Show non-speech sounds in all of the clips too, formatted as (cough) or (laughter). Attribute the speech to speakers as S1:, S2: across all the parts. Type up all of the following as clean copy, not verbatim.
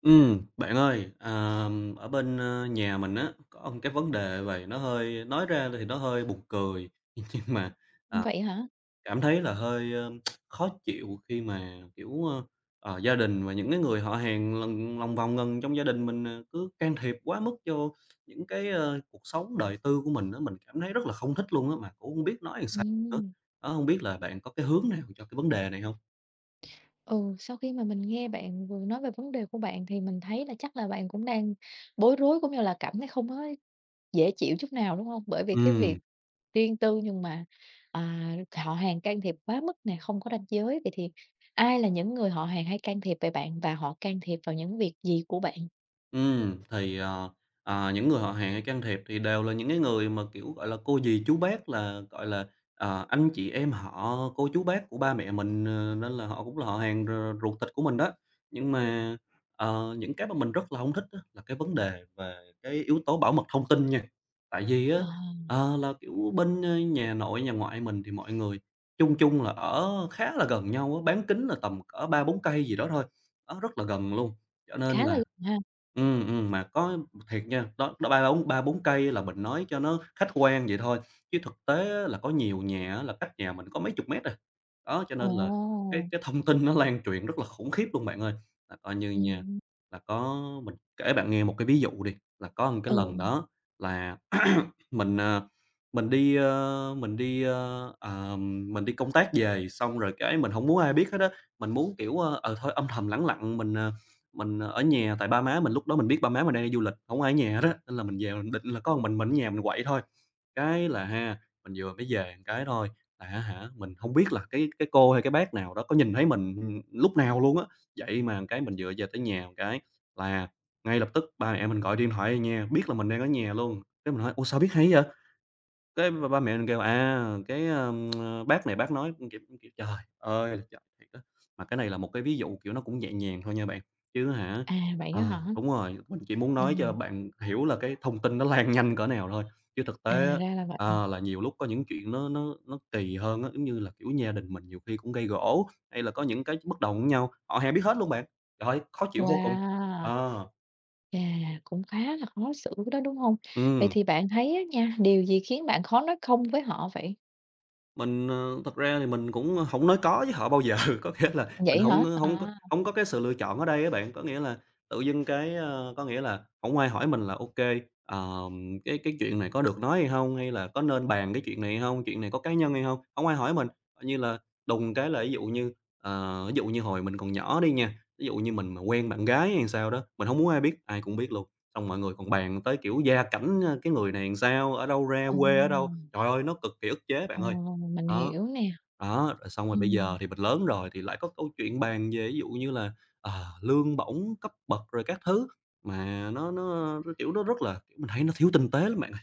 S1: Bạn ơi, à, ở bên, nhà mình á, có một cái vấn đề vầy nó hơi nói ra thì nó hơi buồn cười, (laughs) nhưng mà, à,
S2: Vậy hả?
S1: cảm thấy là hơi, khó chịu khi mà, kiểu, gia đình và những cái người họ hàng lần lòng vòng gần trong gia đình mình, à, cứ can thiệp quá mức vô những cái, cuộc sống đời tư của mình á. Mình cảm thấy rất là không thích luôn á, mà cũng không biết nói làm sao nữa.
S2: Ừm.
S1: Đó, hông biết là bạn có cái hướng nào cho cái vấn đề này không?
S2: Ừ, sau khi mà mình nghe bạn vừa nói về vấn đề của bạn thì mình thấy là chắc là bạn cũng đang bối rối, cũng như là cảm thấy không có dễ chịu chút nào, đúng không? Bởi vì cái
S1: Ừm.
S2: việc riêng tư nhưng mà, họ hàng can thiệp quá mức nè, không có ranh giới. Vậy thì ai là những người họ hàng hay can thiệp về bạn và họ can thiệp vào những việc gì của bạn?
S1: Ừm, thì, ờ, những người họ hàng hay can thiệp thì đều là những cái người mà, kiểu, gọi là, cô dì chú bác là, gọi là, anh chị em họ, cô chú bác của ba mẹ mình, nên là họ cũng là họ hàng ruột thịt của mình đó. Nhưng mà, những cái mà mình rất là không thích á là cái vấn đề về cái yếu tố bảo mật thông tin nha. Tại vì á,
S2: Ờ,
S1: là, kiểu, bên, nhà nội, nhà ngoại mình thì mọi người chung chung là ở khá là gần nhau á, bán kính là tầm cỡ ba bốn cây gì đó thôi, đó, rất là gần luôn. Cho nên
S2: khá là
S1: là.
S2: ha.
S1: Ừ, mà có thiệt nha, đó đó 3, 4 cây là mình nói cho nó khách quan vậy thôi, chứ thực tế á là có nhiều nhà á là cách nhà mình có mấy chục mét rồi. Đó, cho nên
S2: Ồ!
S1: là cái thông tin nó lan truyền rất là khủng khiếp luôn bạn ơi. Là coi như nha,
S2: Ừm,
S1: là có mình kể bạn nghe một cái ví dụ đi, là có một cái
S2: ừ.
S1: lần đó là mình, mình đi, ơ, ờ, à, mình đi công tác về, xong rồi cái mình không muốn ai biết hết á. Mình muốn, kiểu, thôi âm thầm lẳng lặng, mình, mình ở nhà, tại ba má mình lúc đó mình biết ba má mình đang đi du lịch, không ai ở nhà hết á, nên là mình về mình định là có một mình ở nhà mình quậy thôi. Cái là ha, mình vừa mới về một cái thôi là hả, mình không biết là cái cô hay cái bác nào đó có nhìn thấy mình, lúc nào luôn á. Vậy mà cái mình vừa về tới nhà một cái là ngay lập tức ba mẹ mình gọi điện thoại về nhà, biết là mình đang ở nhà luôn. Cái mình hỏi: "Ủa, sao biết hay vậy?" Cái ba ba mẹ mình kêu: "À, cái, bác này bác nói" cũng kiểu, trời ơi là trời thiệt á. Mà cái này là một cái ví dụ, kiểu, nó cũng nhẹ nhàng thôi nha bạn, chứ hả
S2: À, vậy á hả?
S1: đúng rồi, mình chỉ muốn nói cho
S2: Ừm,
S1: bạn hiểu là cái thông tin nó lan nhanh cỡ nào thôi, chứ thực tế á,
S2: ra là vậy.
S1: là nhiều lúc có những chuyện nó kỳ hơn á, giống như là, kiểu, gia đình mình nhiều khi cũng gây gổ, hay là có những cái bất đồng với nhau, họ hàng biết hết luôn bạn. Trời ơi, khó chịu vô cùng.
S2: Wow!
S1: Ờ,
S2: Chà, cũng khá là khó xử đó, đúng không? Vậy
S1: ừm.
S2: thì bạn thấy á nha, điều gì khiến bạn khó nói "không" với họ vậy?
S1: Mình, thật ra thì mình cũng hổng nói có với họ bao giờ, (laughs) có nghĩa là mình
S2: Vậy
S1: hổng
S2: hả?
S1: ờ, hổng có
S2: À,
S1: hổng có cái sự lựa chọn ở đây á bạn. Có nghĩa là tự dưng cái, có nghĩa là hổng ai hỏi mình là "Ô kê, cái chuyện này có được nói hay hông? Hay là có nên bàn cái chuyện này hay hông? Chuyện này có cá nhân hay hông?" Hổng ai hỏi mình, coi như là đùng cái là ví dụ như, ví dụ như hồi mình còn nhỏ đi nha, ví dụ như mình mà quen bạn gái hay sao đó, mình hông muốn ai biết, ai cũng biết luôn. Xong mọi người còn bàn tới, kiểu, gia cảnh, cái người này làm sao, ở đâu ra,
S2: ồ,
S1: quê ở đâu. Trời ơi, nó cực kỳ ức chế bạn
S2: ồ,
S1: ơi.
S2: mình
S1: Đó,
S2: hiểu nè,
S1: đó, rồi xong rồi bây giờ
S2: ừm,
S1: thì mình lớn rồi thì lại có câu chuyện bàn về ví dụ như là, lương bổng, cấp bậc rồi các thứ, mà nó rất là kiểu, mình thấy nó thiếu tinh tế lắm bạn ơi.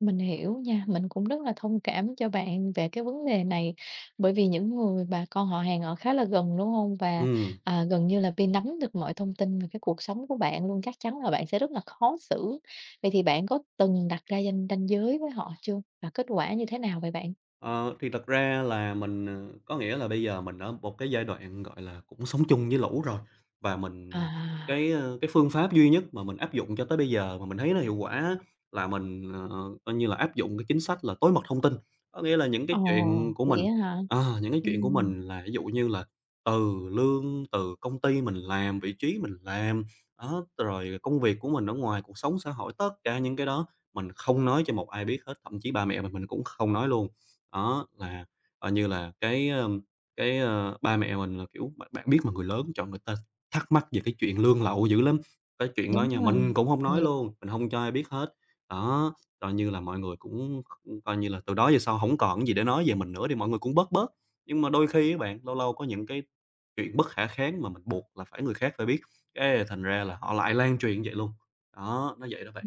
S2: mình hiểu nha, mình cũng rất là thông cảm cho bạn về cái vấn đề này, bởi vì những người bà con họ hàng ở khá là gần, đúng không? Và,
S1: Ừm.
S2: gần như là bị nắm được mọi thông tin về cái cuộc sống của bạn luôn, chắc chắn là bạn sẽ rất là khó xử. Vậy thì bạn có từng đặt ra danh ranh giới với họ chưa? Và kết quả như thế nào vậy bạn?
S1: Ờ, thì thật ra là mình, có nghĩa là bây giờ mình ở một cái giai đoạn, gọi là, cũng sống chung với lũ rồi, và mình,
S2: À.
S1: cái, cái phương pháp duy nhất mà mình áp dụng cho tới bây giờ mà mình thấy nó hiệu quả á, là mình, coi như là, áp dụng cái chính sách là tối mật thông tin. Có nghĩa là những cái
S2: Ồ,
S1: chuyện của
S2: vậy
S1: mình
S2: á hả?
S1: những cái chuyện của
S2: Ừm,
S1: mình là ví dụ như là từ lương, từ công ty mình làm, vị trí mình làm, đó, rồi công việc của mình ở ngoài, cuộc sống xã hội, tất cả những cái đó mình không nói cho một ai biết hết, thậm chí ba mẹ mình cũng không nói luôn. Đó, là, như là cái, cái, ba mẹ mình là, kiểu, bạn bạn biết mà, người lớn trời, người ta thắc mắc về cái chuyện lương lậu dữ lắm, cái chuyện đó
S2: đúng
S1: nha,
S2: rồi,
S1: mình cũng không
S2: mình
S1: nói
S2: hiểu.
S1: luôn, mình không cho ai biết hết. Đó, coi như là mọi người cũng coi như là từ đó về sau không còn cái gì để nói về mình nữa thì mọi người cũng bớt bớt. Nhưng mà đôi khi các bạn, lâu lâu có những cái chuyện bất khả kháng mà mình buộc là phải người khác phải biết, cái thành ra là họ lại lan truyền vậy luôn. Đó, nó vậy đó bạn.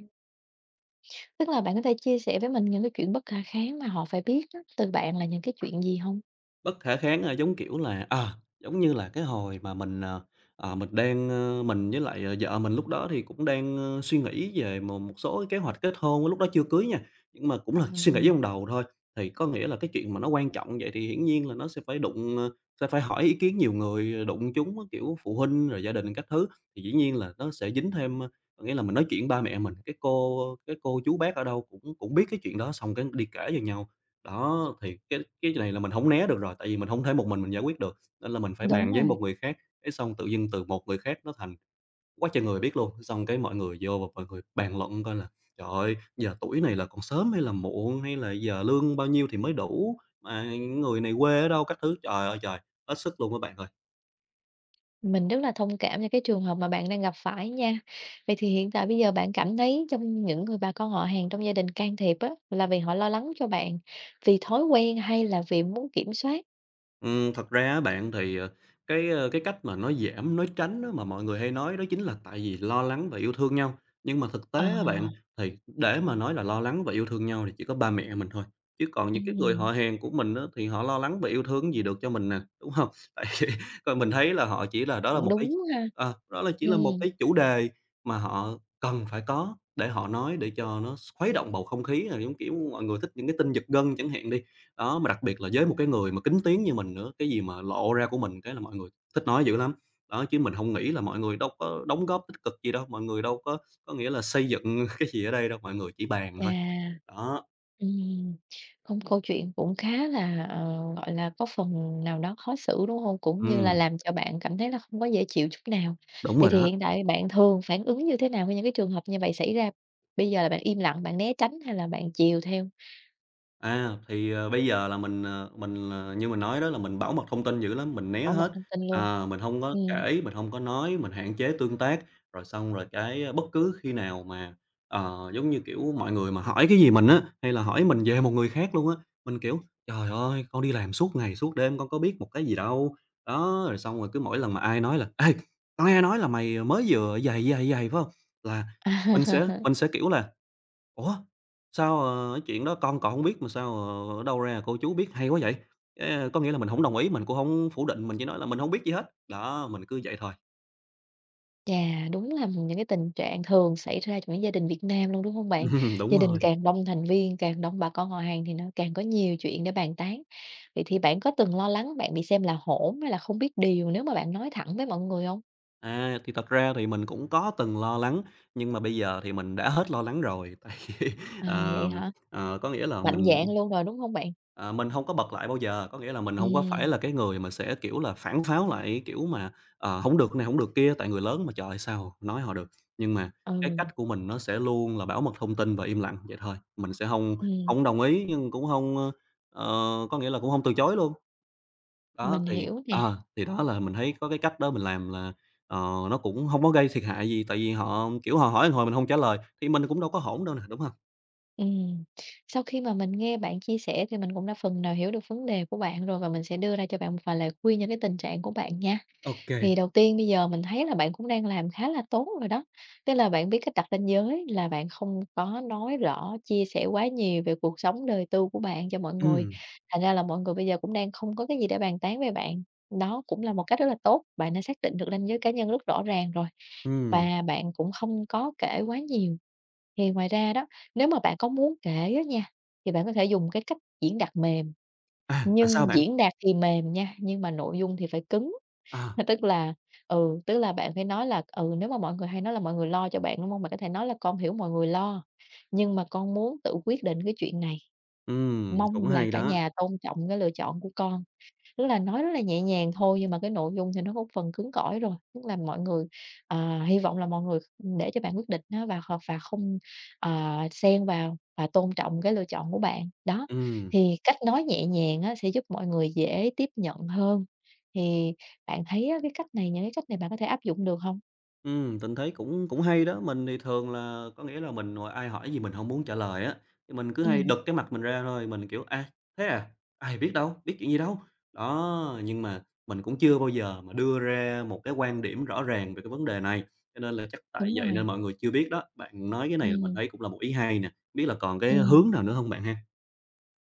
S2: Tức là bạn có thể chia sẻ với mình những cái chuyện bất khả kháng mà họ phải biết á, từ bạn là những cái chuyện gì hông?
S1: Bất khả kháng, là giống kiểu là, à, giống như là cái hồi mà mình, mình đang, mình với lại, vợ mình lúc đó thì cũng đang, suy nghĩ về một một số cái kế hoạch kết hôn, lúc đó chưa cưới nha, nhưng mà cũng
S2: Ờ,
S1: là suy nghĩ trong đầu thôi. Thì có nghĩa là cái chuyện mà nó quan trọng vậy thì hiển nhiên là nó sẽ phải đụng, sẽ phải hỏi ý kiến nhiều người, đụng chúng á, kiểu, phụ huynh rồi gia đình các thứ, thì dĩ nhiên là nó sẽ dính thêm, có nghĩa là mình nói chuyện ba mẹ mình, cái cô chú bác ở đâu cũng cũng biết cái chuyện đó, xong cái đi kể cho nhau. Đó, thì cái này là mình hổng né được rồi, tại vì mình hông thể một mình giải quyết được, nên là mình phải bàn
S2: đúng
S1: với
S2: rồi,
S1: một người khác, cái xong tự dưng từ một người khác nó thành quá trời người biết luôn, xong cái mọi người vô và mọi người bàn luận coi là "Trời ơi, giờ tuổi này là còn sớm hay là muộn, hay là giờ lương bao nhiêu thì mới đủ, mà người này quê ở đâu?" các thứ. Trời ơi trời, hết sức luôn á bạn ơi!
S2: mình rất là thông cảm cho cái trường hợp mà bạn đang gặp phải nha. Vậy thì hiện tại bây giờ bạn cảm thấy trong những người bà con họ hàng trong gia đình can thiệp á, là vì họ lo lắng cho bạn, vì thói quen hay là vì muốn kiểm soát?
S1: Thật ra á bạn thì, cái, cái cách mà nói giảm, nói tránh á mà mọi người hay nói đó chính là tại vì lo lắng và yêu thương nhau. Nhưng mà thực tế
S2: Ờ,
S1: á bạn, thì để mà nói là lo lắng và yêu thương nhau thì chỉ có ba mẹ mình thôi, chứ còn những cái người
S2: ừm,
S1: họ hàng của mình á thì họ lo lắng và yêu thương gì được cho mình nè, đúng không? (laughs) Tại vì còn mình thấy là họ chỉ là đó là
S2: cũng
S1: một cái
S2: đúng ha.
S1: đó là chỉ là một
S2: Ừm,
S1: cái chủ đề mà họ cần phải có để họ nói để cho nó khuấy động bầu không khí, là giống kiểu, mọi người thích những cái tin giật gân chẳng hạn đi. Đó, mà đặc biệt là với một cái người mà kín tiếng như mình nữa, cái gì mà lộ ra của mình cái là mọi người thích nói dữ lắm. Đó, chứ mình không nghĩ là mọi người đâu có đóng góp tích cực gì đâu, mọi người đâu có nghĩa là xây dựng (laughs) cái gì ở đây đâu, mọi người chỉ bàn thôi.
S2: chà.
S1: Đó,
S2: Ừm, không, câu chuyện cũng khá là, gọi là, có phần nào đó khó xử, đúng không? Cũng như là
S1: ừm,
S2: làm cho bạn cảm thấy là không có dễ chịu chút nào.
S1: đúng
S2: Vậy
S1: rồi
S2: thì
S1: đó.
S2: hiện tại bạn thường phản ứng như thế nào với những cái trường hợp như vậy xảy ra? Bây giờ là bạn im lặng, bạn né tránh hay là bạn chiều theo,
S1: À, thì, bây giờ là mình, mình, như mình nói đó là mình bảo mật thông tin dữ lắm, mình né
S2: bảo mặt
S1: hết.
S2: thông tin luôn?
S1: À, mình không có
S2: Ừm.
S1: kể, mình không có nói, mình hạn chế tương tác, rồi xong rồi bất cứ khi nào mà, mọi người mà hỏi cái gì mình á, hay là hỏi mình về một người khác luôn á, mình, kiểu, "Trời ơi, con đi làm suốt ngày suốt đêm, con có biết một cái gì đâu." Đó, rồi xong rồi cứ mỗi lần mà ai nói là "Ê, tao nghe nói là mày mới vừa vầy, vầy, vầy, phải không là mình sẽ
S2: (laughs)
S1: mình sẽ, kiểu là Ủa, sao, cái chuyện đó con còn không biết mà sao, ở đâu ra cô chú biết hay quá vậy? Có nghĩa là mình không đồng ý, mình cũng không phủ định, mình chỉ nói là mình không biết gì hết. Đó, mình cứ vậy thôi.
S2: Chà, đúng là những cái tình trạng thường xảy ra trong những gia đình Việt Nam luôn, đúng hông bạn?
S1: (laughs) Đúng
S2: Gia đình
S1: rồi.
S2: càng đông thành viên, càng đông bà con họ hàng thì nó càng có nhiều chuyện để bàn tán. Vậy thì bạn có từng lo lắng bạn bị xem là hỗn hay là không biết điều nếu mà bạn nói thẳng với mọi người hông?
S1: À, thì thật ra thì mình cũng có từng lo lắng, nhưng mà bây giờ thì mình đã hết lo lắng rồi. (laughs) Tại vì,
S2: À,
S1: ờ,
S2: vậy hả?
S1: ờ, Có nghĩa là
S2: Mạnh
S1: mình.
S2: dạn luôn rồi, đúng hông bạn?
S1: À, mình hông có bật lại bao giờ, có nghĩa là mình hông có phải
S2: Ừm,
S1: là cái người mà sẽ, kiểu là, phản pháo lại, kiểu mà, hổng được này, hổng được kia, tại người lớn mà, trời ơi, sao nói họ được. Nhưng mà cái
S2: ừ,
S1: cách của mình nó sẽ luôn là bảo mật thông tin và im lặng vậy thôi, mình sẽ hông
S2: ừm,
S1: hông đồng ý nhưng cũng hông, có nghĩa là cũng hông từ chối luôn. Đó,
S2: mình hiểu nè.
S1: thì đó là mình thấy có cái cách đó mình làm là, ờ, nó cũng hông có gây thiệt hại gì, tại vì họ, kiểu, họ hỏi một hồi mình hông trả lời thì mình cũng đâu có hỗn đâu nè, đúng hông?
S2: Ừm, sau khi mà mình nghe bạn chia sẻ thì mình cũng đã phần nào hiểu được vấn đề của bạn rồi và mình sẽ đưa ra cho bạn một vài lời khuyên cho cái tình trạng của bạn nha.
S1: Ô kê,
S2: Thì đầu tiên bây giờ mình thấy là bạn cũng đang làm khá là tốt rồi đó, tức là bạn biết cách đặt ranh giới là bạn không có nói rõ, chia sẻ quá nhiều về cuộc sống đời tư của bạn cho mọi người,
S1: ừm,
S2: thành ra là mọi người bây giờ cũng đang không có cái gì để bàn tán về bạn. Đó cũng là một cách rất là tốt, bạn đã xác định được ranh giới cá nhân rất rõ ràng rồi,
S1: ừm.
S2: và bạn cũng không có kể quá nhiều. Thì ngoài ra đó, nếu mà bạn có muốn kể á nha, thì bạn có thể dùng cái cách diễn đạt mềm,
S1: À, là sao
S2: nhưng
S1: bạn?
S2: diễn đạt thì mềm nha, nhưng mà nội dung thì phải cứng.
S1: Ờ.
S2: (laughs) Tức là tức là bạn phải nói là, nếu mà mọi người hay nói là mọi người lo cho bạn, đúng không? Bạn có thể nói là "Con hiểu mọi người lo, nhưng mà con muốn tự quyết định cái chuyện này,
S1: Cũng
S2: mong là
S1: hay
S2: cả
S1: đó.
S2: nhà tôn trọng cái lựa chọn của con." Tức là nói rất là nhẹ nhàng thôi nhưng mà cái nội dung thì nó có phần cứng cỏi rồi, tức là mọi người hy vọng là mọi người để cho bạn quyết định á và và không, xen vào và tôn trọng cái lựa chọn của bạn. Đó,
S1: Ừm,
S2: thì cách nói nhẹ nhàng á sẽ giúp mọi người dễ tiếp nhận hơn. Thì bạn thấy á, cái cách này những cái cách này bạn có thể áp dụng được không?
S1: tình thấy cũng cũng hay đó. Mình thì thường là có nghĩa là mình ngồi ai hỏi gì mình không muốn trả lời á, thì mình cứ hay
S2: Ừm,
S1: đực cái mặt mình ra thôi, mình, kiểu: "À, thế à? Ai biết đâu, biết chuyện gì đâu." Đó, nhưng mà mình cũng chưa bao giờ mà đưa ra một cái quan điểm rõ ràng về cái vấn đề này, cho nên là chắc tại
S2: đúng
S1: vậy nên
S2: rồi,
S1: mọi người chưa biết đó. Bạn nói cái này là mình
S2: ừm,
S1: thấy cũng là một ý hay nè, hông biết là còn cái
S2: ừm.
S1: hướng nào nữa không bạn ha?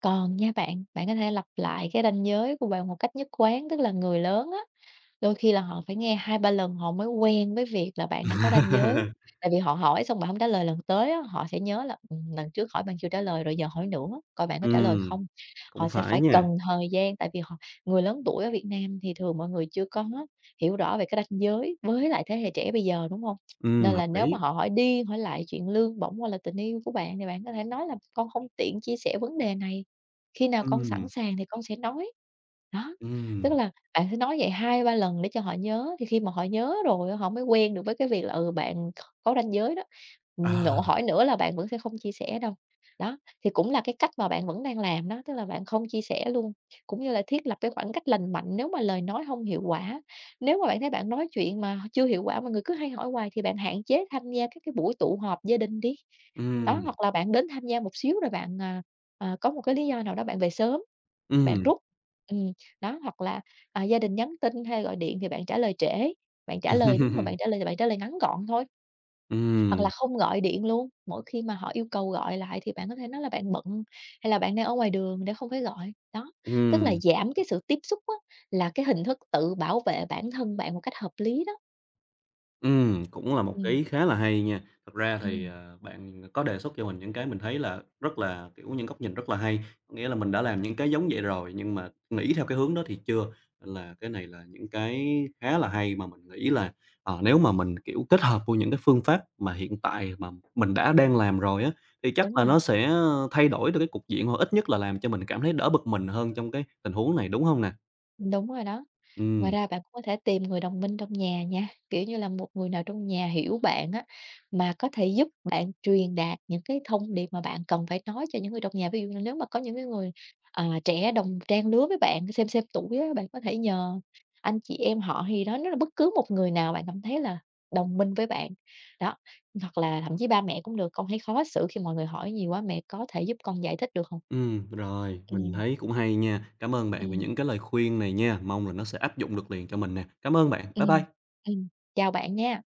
S2: Còn nha bạn, bạn có thể lặp lại cái ranh giới của bạn một cách nhất quán, tức là người lớn á, đôi khi là họ phải nghe 2 3 lần họ mới quen với việc là bạn đang có ranh giới,
S1: (laughs)
S2: tại vì họ hỏi xong bạn hông trả lời lần tới á, họ sẽ nhớ là, lần trước hỏi bạn chưa trả lời rồi giờ hỏi nữa, coi bạn có trả lời
S1: Ừm,
S2: không.
S1: cũng
S2: Họ sẽ
S1: phải
S2: phải
S1: nha.
S2: cần thời gian, tại vì người lớn tuổi ở Việt Nam thì thường mọi người chưa có hiểu rõ về cái ranh giới với lại thế hệ trẻ bây giờ, đúng hông? Nên
S1: Hợp
S2: là nếu mà
S1: lý.
S2: họ hỏi đi hỏi lại chuyện lương bổng hoặc là tình yêu của bạn thì bạn có thể nói là "Con không tiện chia sẻ vấn đề này, khi nào con sẵn
S1: Ừm,
S2: sàng thì con sẽ nói." Đó, tức
S1: ừm,
S2: là bạn phải nói vậy 2 3 lần để cho họ nhớ, thì khi mà họ nhớ rồi họ mới quen được với cái việc là, ừ, bạn có ranh giới đó,
S1: à.
S2: hỏi nữa là bạn vẫn sẽ không chia sẻ đâu. Đó, thì cũng là cái cách mà bạn vẫn đang làm đó, tức là bạn không chia sẻ luôn, cũng như là thiết lập cái khoảng cách lành mạnh nếu mà lời nói không hiệu quả. Nếu mà bạn thấy bạn nói chuyện mà chưa hiệu quả mà người cứ hay hỏi hoài thì bạn hạn chế tham gia các cái buổi tụ họp gia đình đi. Đó,
S1: Ừm,
S2: hoặc là bạn đến tham gia một xíu rồi bạn, có một cái lý do nào đó bạn về sớm, bạn
S1: ừm,
S2: rút. Ừm, đó, hoặc là, gia đình nhắn tin hay gọi điện thì bạn trả lời trễ, bạn trả lời đúng mà bạn
S1: (laughs)
S2: trả lời thì bạn trả lời ngắn gọn thôi, hoặc
S1: ừm,
S2: là không gọi điện luôn, mỗi khi mà họ yêu cầu gọi lại thì bạn có thể nói là bạn bận hay là bạn đang ở ngoài đường để không phải gọi. Đó, tức là
S1: ừm,
S2: giảm cái sự tiếp xúc á, là cái hình thức tự bảo vệ bản thân bạn một cách hợp lý đó.
S1: cũng là một cái
S2: Ừm,
S1: ý khá là hay nha. Thật ra thì,
S2: ừm,
S1: ờ, bạn có đề xuất cho mình những cái mình thấy là rất là, kiểu, những góc nhìn rất là hay, có nghĩa là mình đã làm những cái giống vậy rồi nhưng mà nghĩ theo cái hướng đó thì chưa, nên là cái này là những cái khá là hay mà mình nghĩ là, nếu mà mình, kiểu, kết hợp với những cái phương pháp mà hiện tại mà mình đã đang làm rồi á, thì
S2: đúng
S1: chắc là
S2: rồi,
S1: nó sẽ, thay đổi được cái cục diện, hoặc ít nhất là làm cho mình cảm thấy đỡ bực mình hơn trong cái tình huống này, đúng không nè?
S2: đúng rồi đó. Ngoài
S1: Ừm.
S2: ra bạn cũng có thể tìm người đồng minh trong nhà nha, kiểu như là một người nào trong nhà hiểu bạn á, mà có thể giúp bạn truyền đạt những cái thông điệp mà bạn cần phải nói cho những người trong nhà. Ví dụ như nếu mà có những cái người, trẻ đồng trang lứa với bạn, xem tuổi á, bạn có thể nhờ anh chị em họ hay gì đó, nếu là bất cứ một người nào bạn cảm thấy là đồng minh với bạn. Đó, hoặc là thậm chí ba mẹ cũng được, con thấy khó xử khi mọi người hỏi nhiều quá, mẹ có thể giúp con giải thích được không?
S1: Rồi, mình
S2: Ừm,
S1: thấy cũng hay nha. Cảm ơn bạn về
S2: ừm,
S1: những cái lời khuyên này nha, mong là nó sẽ áp dụng được liền cho mình nè. Cảm ơn bạn, bye
S2: ừm,
S1: bye.
S2: ừm. Chào bạn nha.